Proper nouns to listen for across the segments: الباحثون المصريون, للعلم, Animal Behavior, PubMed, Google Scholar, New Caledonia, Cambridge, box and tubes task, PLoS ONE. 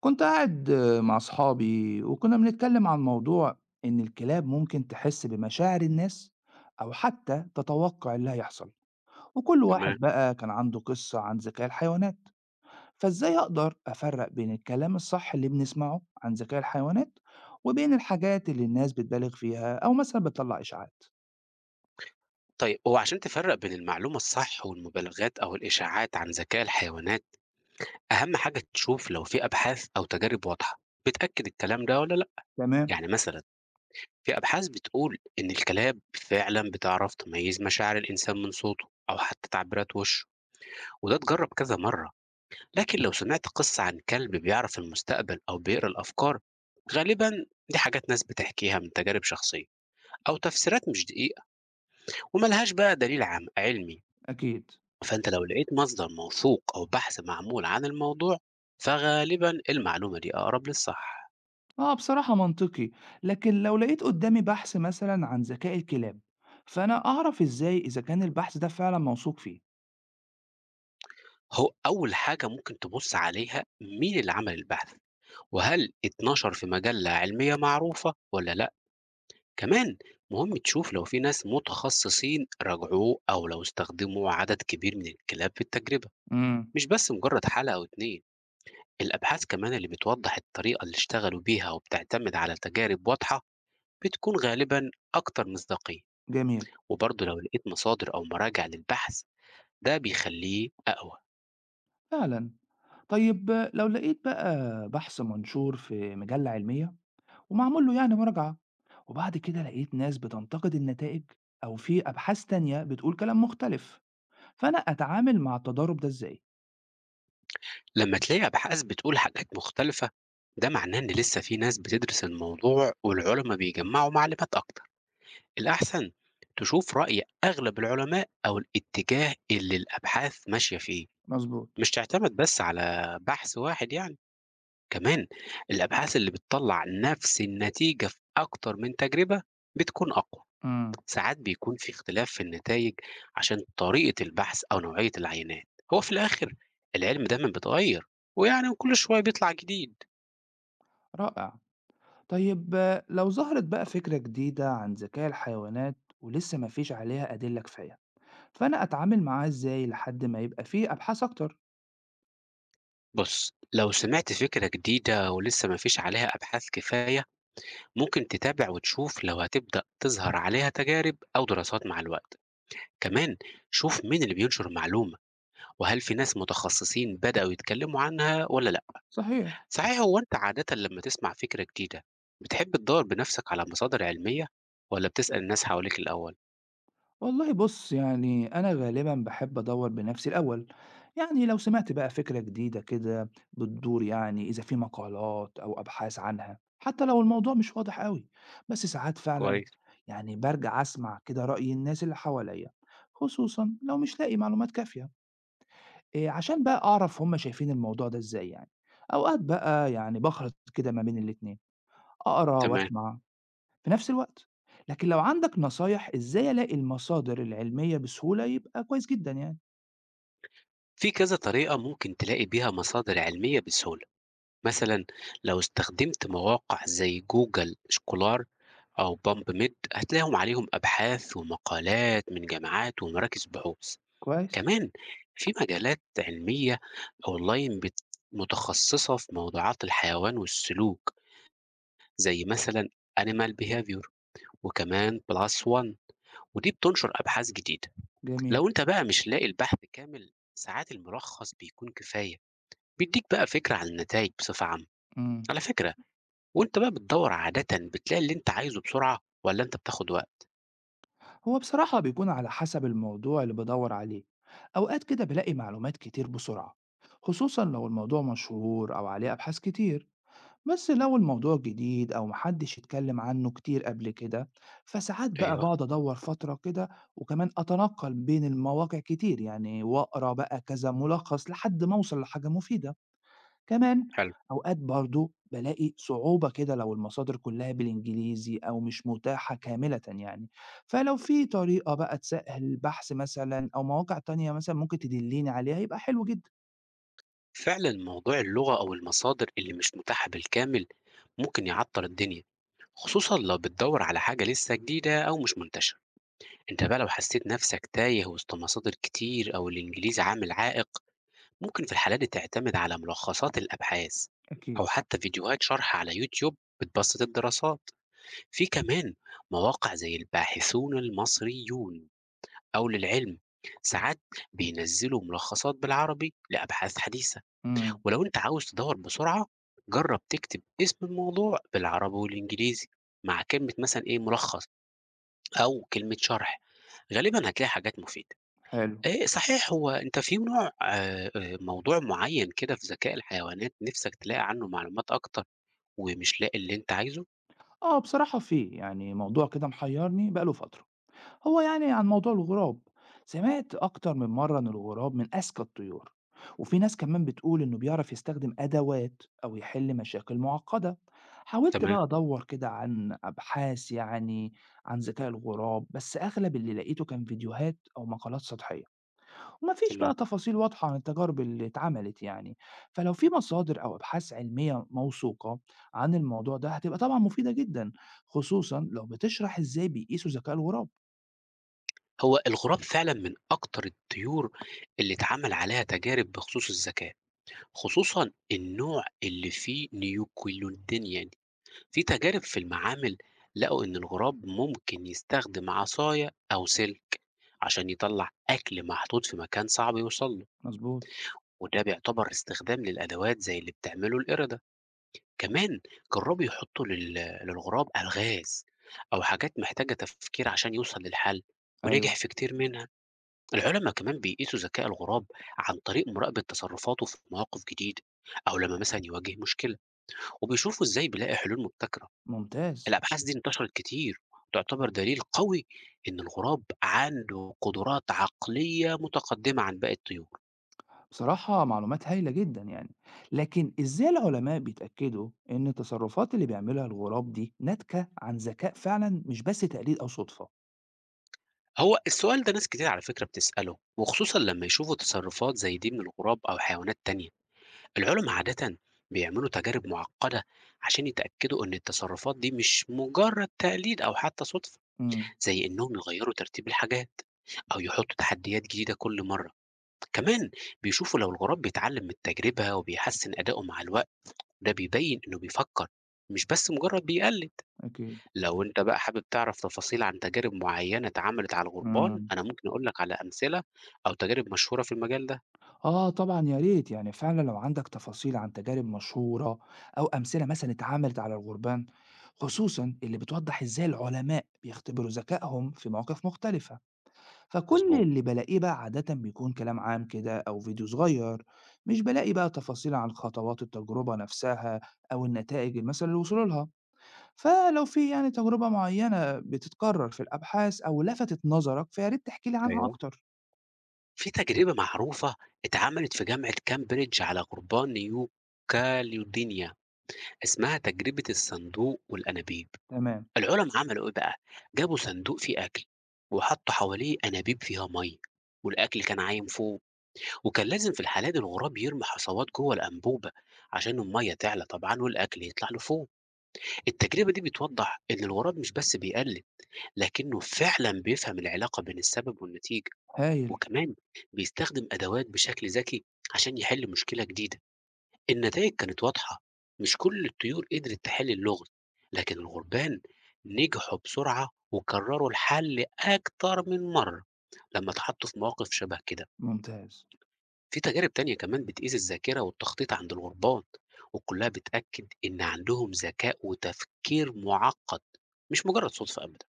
كنت قاعد مع أصحابي وكنا بنتكلم عن موضوع إن الكلاب ممكن تحس بمشاعر الناس أو حتى تتوقع اللي هيحصل وكل تمام. واحد بقى كان عنده قصة عن ذكاء الحيوانات. فإزاي أقدر أفرق بين الكلام الصح اللي بنسمعه عن ذكاء الحيوانات وبين الحاجات اللي الناس بتبالغ فيها أو مثلا بتطلع إشاعات؟ طيب هو عشان تفرّق بين المعلومة الصح والمبالغات أو الإشاعات عن ذكاء الحيوانات، أهم حاجة تشوف لو في أبحاث أو تجارب واضحة بتأكد الكلام ده والّا لأ. تمام. يعني مثلًا في أبحاث بتقول إن الكلاب فعلًا بتعرف تميّز مشاعر الإنسان من صوته أو حتى تعبيرات وشه، وده اتجرّب كذا مرّة. لكن لو سمعت قصة عن كلب بيعرف المستقبل أو بيقرا الأفكار، غالبًا دي حاجات ناس بتحكيها من تجارب شخصية أو تفسيرات مش دقيقة وما لهاش بقى دليل عام علمي. أكيد. فأنت لو لقيت مصدر موثوق أو بحث معمول عن الموضوع، فغالبا المعلومة دي أقرب للصح. آه بصراحة منطقي. لكن لو لقيت قدامي بحث مثلا عن ذكاء الكلاب فأنا أعرف إزاي إذا كان البحث ده فعلا موثوق فيه؟ هو أول حاجة ممكن تبص عليها مين اللي عمل البحث وهل اتنشر في مجلة علمية معروفة ولا لأ. كمان مهم تشوف لو في ناس متخصصين راجعوه أو لو استخدموا عدد كبير من الكلاب في التجربة، إمم، مش بس مجرد حالة أو اتنين. الأبحاث كمان اللي بتوضح الطريقة اللي اشتغلوا بيها وبتعتمد على تجارب واضحة بتكون غالبا أكتر مصداقية. جميل، وبرضه لو لقيت مصادر أو مراجع للبحث، ده بيخليه أقوى. فعلًا. طيب لو لقيت بقى بحث منشور في مجلة علمية ومعمول له يعني مراجعة، وبعد كده لقيت ناس بتنتقد النتائج أو في أبحاث تانية بتقول كلام مختلف، فأنا أتعامل مع التضارب ده إزاي؟ لما تلاقي أبحاث بتقول حاجات مختلفة، ده معناه إن لسه في ناس بتدرس الموضوع والعلماء بيجمعوا معلومات أكتر. الأحسن تشوف رأي أغلب العلماء أو الاتجاه اللي الأبحاث ماشية فيه، مظبوط. مش تعتمد بس على بحث واحد يعني. كمان الأبحاث اللي بتطلع نفس النتيجة في أكتر من تجربة بتكون أقوى. إمم، ساعات بيكون في اختلاف في النتائج عشان طريقة البحث أو نوعية العينات. هو في الآخر العلم دايما بيتغير، ويعني كل شوية بيطلع جديد. رائع. طيب آه، لو ظهرت بقى فكرة جديدة عن ذكاء الحيوانات ولسه ما فيش عليها أدلة كفاية، فأنا أتعامل معاها إزاي لحد ما يبقى في أبحاث أكتر؟ بص، لو سمعت فكرة جديدة ولسه مفيش عليها أبحاث كفاية، ممكن تتابع وتشوف لو هتبدأ تظهر عليها تجارب أو دراسات مع الوقت. كمان شوف مين اللي بينشر المعلومة، وهل في ناس متخصصين بدأوا يتكلموا عنها ولا. صحيح. صحيح، هو أنت عادة لما تسمع فكرة جديدة بتحب تدور بنفسك على مصادر علمية ولا بتسأل الناس حواليك الأول؟ والله بُص، يعني أنا غالبًا باحب أدوّر بنفسي الأول، يعني لو سمعت بقى فكرة جديدة كده بتدور يعني إذا في مقالات أو أبحاث عنها، حتى لو الموضوع مش واضح أوي، بس ساعات فعلًا كويس. يعني بارجع أسمع كده رأي الناس اللي حواليّا، خصوصًا لو مش لاقي معلومات كافية، عشان بقى أعرف هُم شايفين الموضوع ده إزاي يعني، أوقات بقى يعني باخلط كده ما بين الاتنين، أقرا تمام. وأسمع في نفس الوقت. لكن لو عندك نصايح إزاي ألاقي المصادر العلمية بسهولة يبقى كويس جدًا يعني. في كذا طريقة ممكن تلاقي بيها مصادر علمية بسهولة. مثلا لو استخدمت مواقع زي جوجل سكولار أو بامب ميد، هتلاقيهم عليهم أبحاث ومقالات من جامعات ومراكز بحوث. كويس. كمان في مجالات علمية أونلاين متخصصة في موضوعات الحيوان والسلوك، زي مثلا Animal Behavior وكمان بلس وان، ودي بتنشر أبحاث جديدة. جميل. لو أنت بقى مش لاقي البحث كامل، ساعات الملخص بيكون كفاية، بيديك بقى فكرة عن النتائج بصفة عامة. إمم. على فكرة، وأنت بقى بتدور عادة بتلاقي اللي أنت عايزه بسرعة ولا أنت بتاخد وقت؟ هو بصراحة بيكون على حسب الموضوع اللي بادوّر عليه. أوقات كده بالاقي معلومات كتير بسرعة، خصوصًا لو الموضوع مشهور أو عليه أبحاث كتير. بس لو الموضوع جديد أو ما حدش اتكلم عنه كتير قبل كده، فساعات بقى أيوه. باقعد أدوّر فترة كده وكمان أتنقّل بين المواقع كتير، يعني وأقرا بقى كذا ملخص لحد ما أوصل لحاجة مفيدة. كمان حلو. أوقات برضه بالاقي صعوبة كده لو المصادر كلها بالإنجليزي أو مش متاحة كاملة يعني، فلو في طريقة بقى تسهل البحث مثلا أو مواقع تانية مثلا ممكن تدليني عليها يبقى حلو جدا. فعلا موضوع اللغة أو المصادر اللي مش متاحة بالكامل ممكن يعطل الدنيا، خصوصا لو بتدور على حاجة لسه جديدة أو مش منتشرة. أنت بقى لو حسيت نفسك تايه وسط مصادر كتير أو الإنجليزي عامل عائق، ممكن في الحالة دي تعتمد على ملخصات الأبحاث أكيد. أو حتى فيديوهات شرح على يوتيوب بتبسط الدراسات. في كمان مواقع زي الباحثون المصريون أو للعلم، ساعات بينزلوا ملخصات بالعربي لأبحاث حديثة. امم. ولو أنت عاوز تدور بسرعة، جرب تكتب اسم الموضوع بالعربي والإنجليزي مع كلمة مثلا إيه ملخص أو كلمة شرح، غالبا هتلاقي حاجات مفيدة. حلو. إيه صحيح، هو أنت في نوع موضوع معيّن كده في ذكاء الحيوانات نِفْسك تلاقي عنّه معلومات أكتر ومش لاقي اللي أنت عايزه؟ اه بصراحة في يعني موضوع كده محيرني بقاله فترة، هو يعني عن موضوع الغراب. سمعت أكتر من مرة إن الغراب من أذكى الطيور، وفي ناس كمان بتقول إنه بيعرف يستخدم أدوات أو يحل مشاكل معقدة. حاولت تمام، بقى أدور كده عن أبحاث يعني عن ذكاء الغراب، بس أغلب اللي لقيته كان فيديوهات أو مقالات سطحية ومفيش بقى تمام. تفاصيل واضحة عن التجارب اللي اتعملت يعني. فلو في مصادر أو أبحاث علمية موثوقة عن الموضوع ده هتبقى طبعا مفيدة جدا، خصوصا لو بتشرح إزاي بيقيسوا ذكاء الغراب. هو الغراب فعلًا من أكتر الطيور اللي اتعمل عليها تجارب بخصوص الذكاء، خصوصًا النوع اللي فيه نيوكليودينيا دي. في تجارب في المعامل لقوا إن الغراب ممكن يستخدم عصاية أو سلك عشان يطلّع أكل محطوط في مكان صعب يوصل له. مظبوط. وده بيعتبر استخدام للأدوات زي اللي بتعمله القردة. كمان جربوا يحطوا للغراب ألغاز أو حاجات محتاجة تفكير عشان يوصل للحل، أيوه. ونجح في كتير منها. العلماء كمان بيقيسوا ذكاء الغراب عن طريق مراقبة تصرفاته في مواقف جديدة أو لما مثلا يواجه مشكلة، وبيشوفوا إزاي بيلاقي حلول مبتكرة. ممتاز. الأبحاث دي انتشرت كتير وتعتبر دليل قوي إن الغراب عنده قدرات عقلية متقدمة عن باقي الطيور. بصراحة معلومات هايلة جدًا يعني، لكن إزاي العلماء بيتأكدوا إن التصرفات اللي بيعملها الغراب دي ناتجة عن ذكاء فعلًا مش بس تقليد أو صدفة؟ هو السؤال ده ناس كتير على فكرة بتسأله، وخصوصا لما يشوفوا تصرفات زي دي من الغراب أو حيوانات تانية. العلماء عادة بيعملوا تجارب معقدة عشان يتأكدوا إن التصرفات دي مش مجرد تقليد أو حتى صدفة، إمم، زي إنهم يغيروا ترتيب الحاجات أو يحطوا تحديات جديدة كل مرة. كمان بيشوفوا لو الغراب بيتعلم من التجربة وبيحسن أدائه مع الوقت، ده بيبين إنه بيفكر، مش بس مجرد بيقلد. أكيد، لو أنت بقى حابب تعرف تفاصيل عن تجارب معينة اتعملت على الغربان، إمم. أنا ممكن أقول لك على أمثلة أو تجارب مشهورة في المجال ده. آه طبعًا يا ريت، يعني فعلًا لو عندك تفاصيل عن تجارب مشهورة أو أمثلة مثلًا اتعملت على الغربان، خصوصًا اللي بتوضح إزاي العلماء بيختبروا ذكائهم في مواقف مختلفة. فكل مضبوط. اللي بالاقيه بقى عادة بيكون كلام عام كده أو فيديو صغير، مش بلاقي بقى تفاصيل عن خطوات التجربة نفسها أو النتائج مثلا للوصول لها. فلو في يعني تجربة معينة بتتكرر في الأبحاث أو لفتت نظرك فيا ريت تحكي لي عنها أيوه. أكتر. في تجربة معروفة اتعملت في جامعة كامبريدج على غربان نيو كاليدونيا، اسمها تجربة الصندوق والأنابيب. تمام. العلماء عملوا إيه بقى؟ جابوا صندوق فيه أكل وحطوا حواليه أنابيب فيها مية، والأكل كان عايم فوق، وكان لازم في الحالة دي الغراب يرمي حصوات جوه الأنبوبة عشان المية تعلى طبعا والأكل يطلع لفوق. التجربة دي بتوضح إن الغراب مش بس بيقلد، لكنه فعلا بيفهم العلاقة بين السبب والنتيجة، هايل. وكمان بيستخدم أدوات بشكل ذكي عشان يحل مشكلة جديدة. النتائج كانت واضحة، مش كل الطيور قدرت تحل اللغز، لكن الغربان نجحوا بسرعة وكرروا الحل أكتر من مرة لما اتحطوا في مواقف شبه كده. ممتاز. في تجارب تانية كمان بتقيس الذاكرة والتخطيط عند الغربان، وكلها بتأكد إن عندهم ذكاء وتفكير معقد، مش مجرد صدفة أبدا.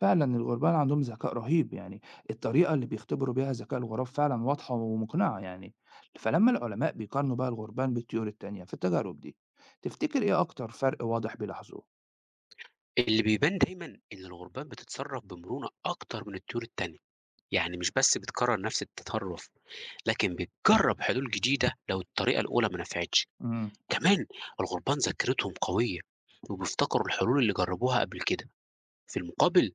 فعلا الغربان عندهم ذكاء رهيب يعني، الطريقة اللي بيختبروا بيها ذكاء الغراب فعلا واضحة ومقنعة يعني. فلما العلماء بيقارنوا بقى الغربان بالطيور التانية في التجارب دي، تفتكر ايه اكتر فرق واضح بيلاحظوه؟ اللي بيبان دايما إن الغربان بتتصرف بمرونة أكتر من الطيور التانية، يعني مش بس بتكرر نفس التطرف، لكن بتجرب حلول جديدة لو الطريقة الأولى ما نفعتش. إمم، كمان الغربان ذاكرتهم قوية وبيفتكروا الحلول اللي جربوها قبل كده. في المقابل،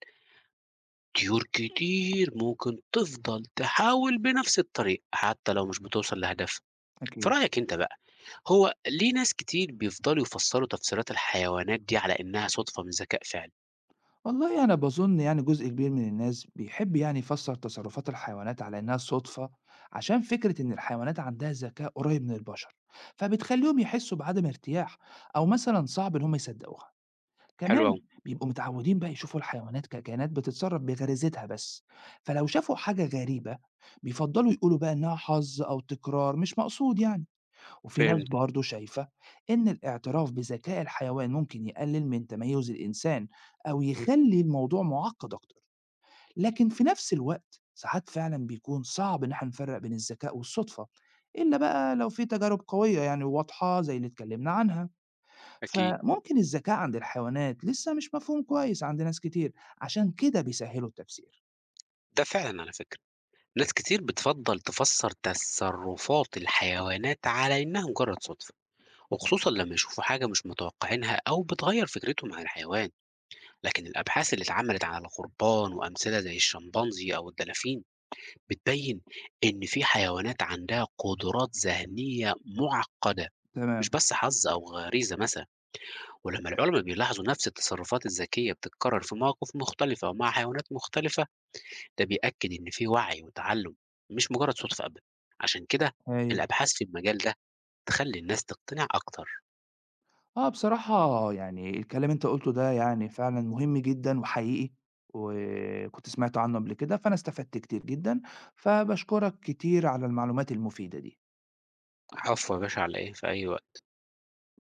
طيور كتير ممكن تفضل تحاول بنفس الطريق حتى لو مش بتوصل لهدفها. في أكيد. رأيك انت بقى، هو ليه ناس كتير بيفضلوا يفسروا تفسيرات الحيوانات دي على انها صدفة من ذكاء فعلي؟ والله أنا باظُن يعني جزء كبير من الناس بيحب يعني يفسّر تصرفات الحيوانات على إنها صُدفة، عشان فكرة إن الحيوانات عندها ذكاء قريب من البشر، فبتخلّيهم يحسّوا بعدم ارتياح أو مثلًا صعب إن هم يصدّقوها. حلو كمان قوي. بيبقوا متعوّدين بقى يشوفوا الحيوانات ككائنات بتتصرّف بغريزتها بس، فلو شافوا حاجة غريبة بيفضّلوا يقولوا بقى إنها حظ أو تكرار مش مقصود يعني. وفي ناس فهمت. برضه شايفة إن الاعتراف بذكاء الحيوان ممكن يقلل من تميز الإنسان أو يخلي الموضوع معقد أكتر. لكن في نفس الوقت ساعات فعلا بيكون صعب إن احنا نفرق بين الذكاء والصدفة، إلا بقى لو في تجارب قوية يعني واضحة زي اللي اتكلمنا عنها. اكيد. فممكن الذكاء عند الحيوانات لسه مش مفهوم كويس عند ناس كتير، عشان كده بيسهلوا التفسير. ده فعلا على فكرة، ناس كتير بتفضل تفسر تصرفات الحيوانات على انها مجرد صدفة، وخصوصا لما يشوفوا حاجة مش متوقعينها أو بتغير فكرتهم عن الحيوان. لكن الأبحاث اللي اتعملت على الغربان وأمثلة زي الشمبانزي أو الدلافين بتبيّن إن في حيوانات عندها قدرات ذهنية مُعقّدة، مش تمام. بس حظ أو غريزة مثلًا، ولمّا العُلما بيلاحظوا نفس التصرفات الذكية بتتكرر في مواقف مختلفة ومع حيوانات مختلفة، ده بيأكد إن في وعي وتعلُّم، مش مجرد صُدفة أبدًا. عشان كده هايل. الأبحاث في المجال ده تخلّي الناس تقتنع أكتر. آه، بصراحة يعني الكلام اللي أنت قُلته ده يعني فعلًا مهم جدًا وحقيقي، وكنت سمعت عنه قبل كده، فأنا استفدت كتير جدًا، فباشكرك كتير على المعلومات المفيدة دي. العفو يا باشا، على إيه، في أي وقت.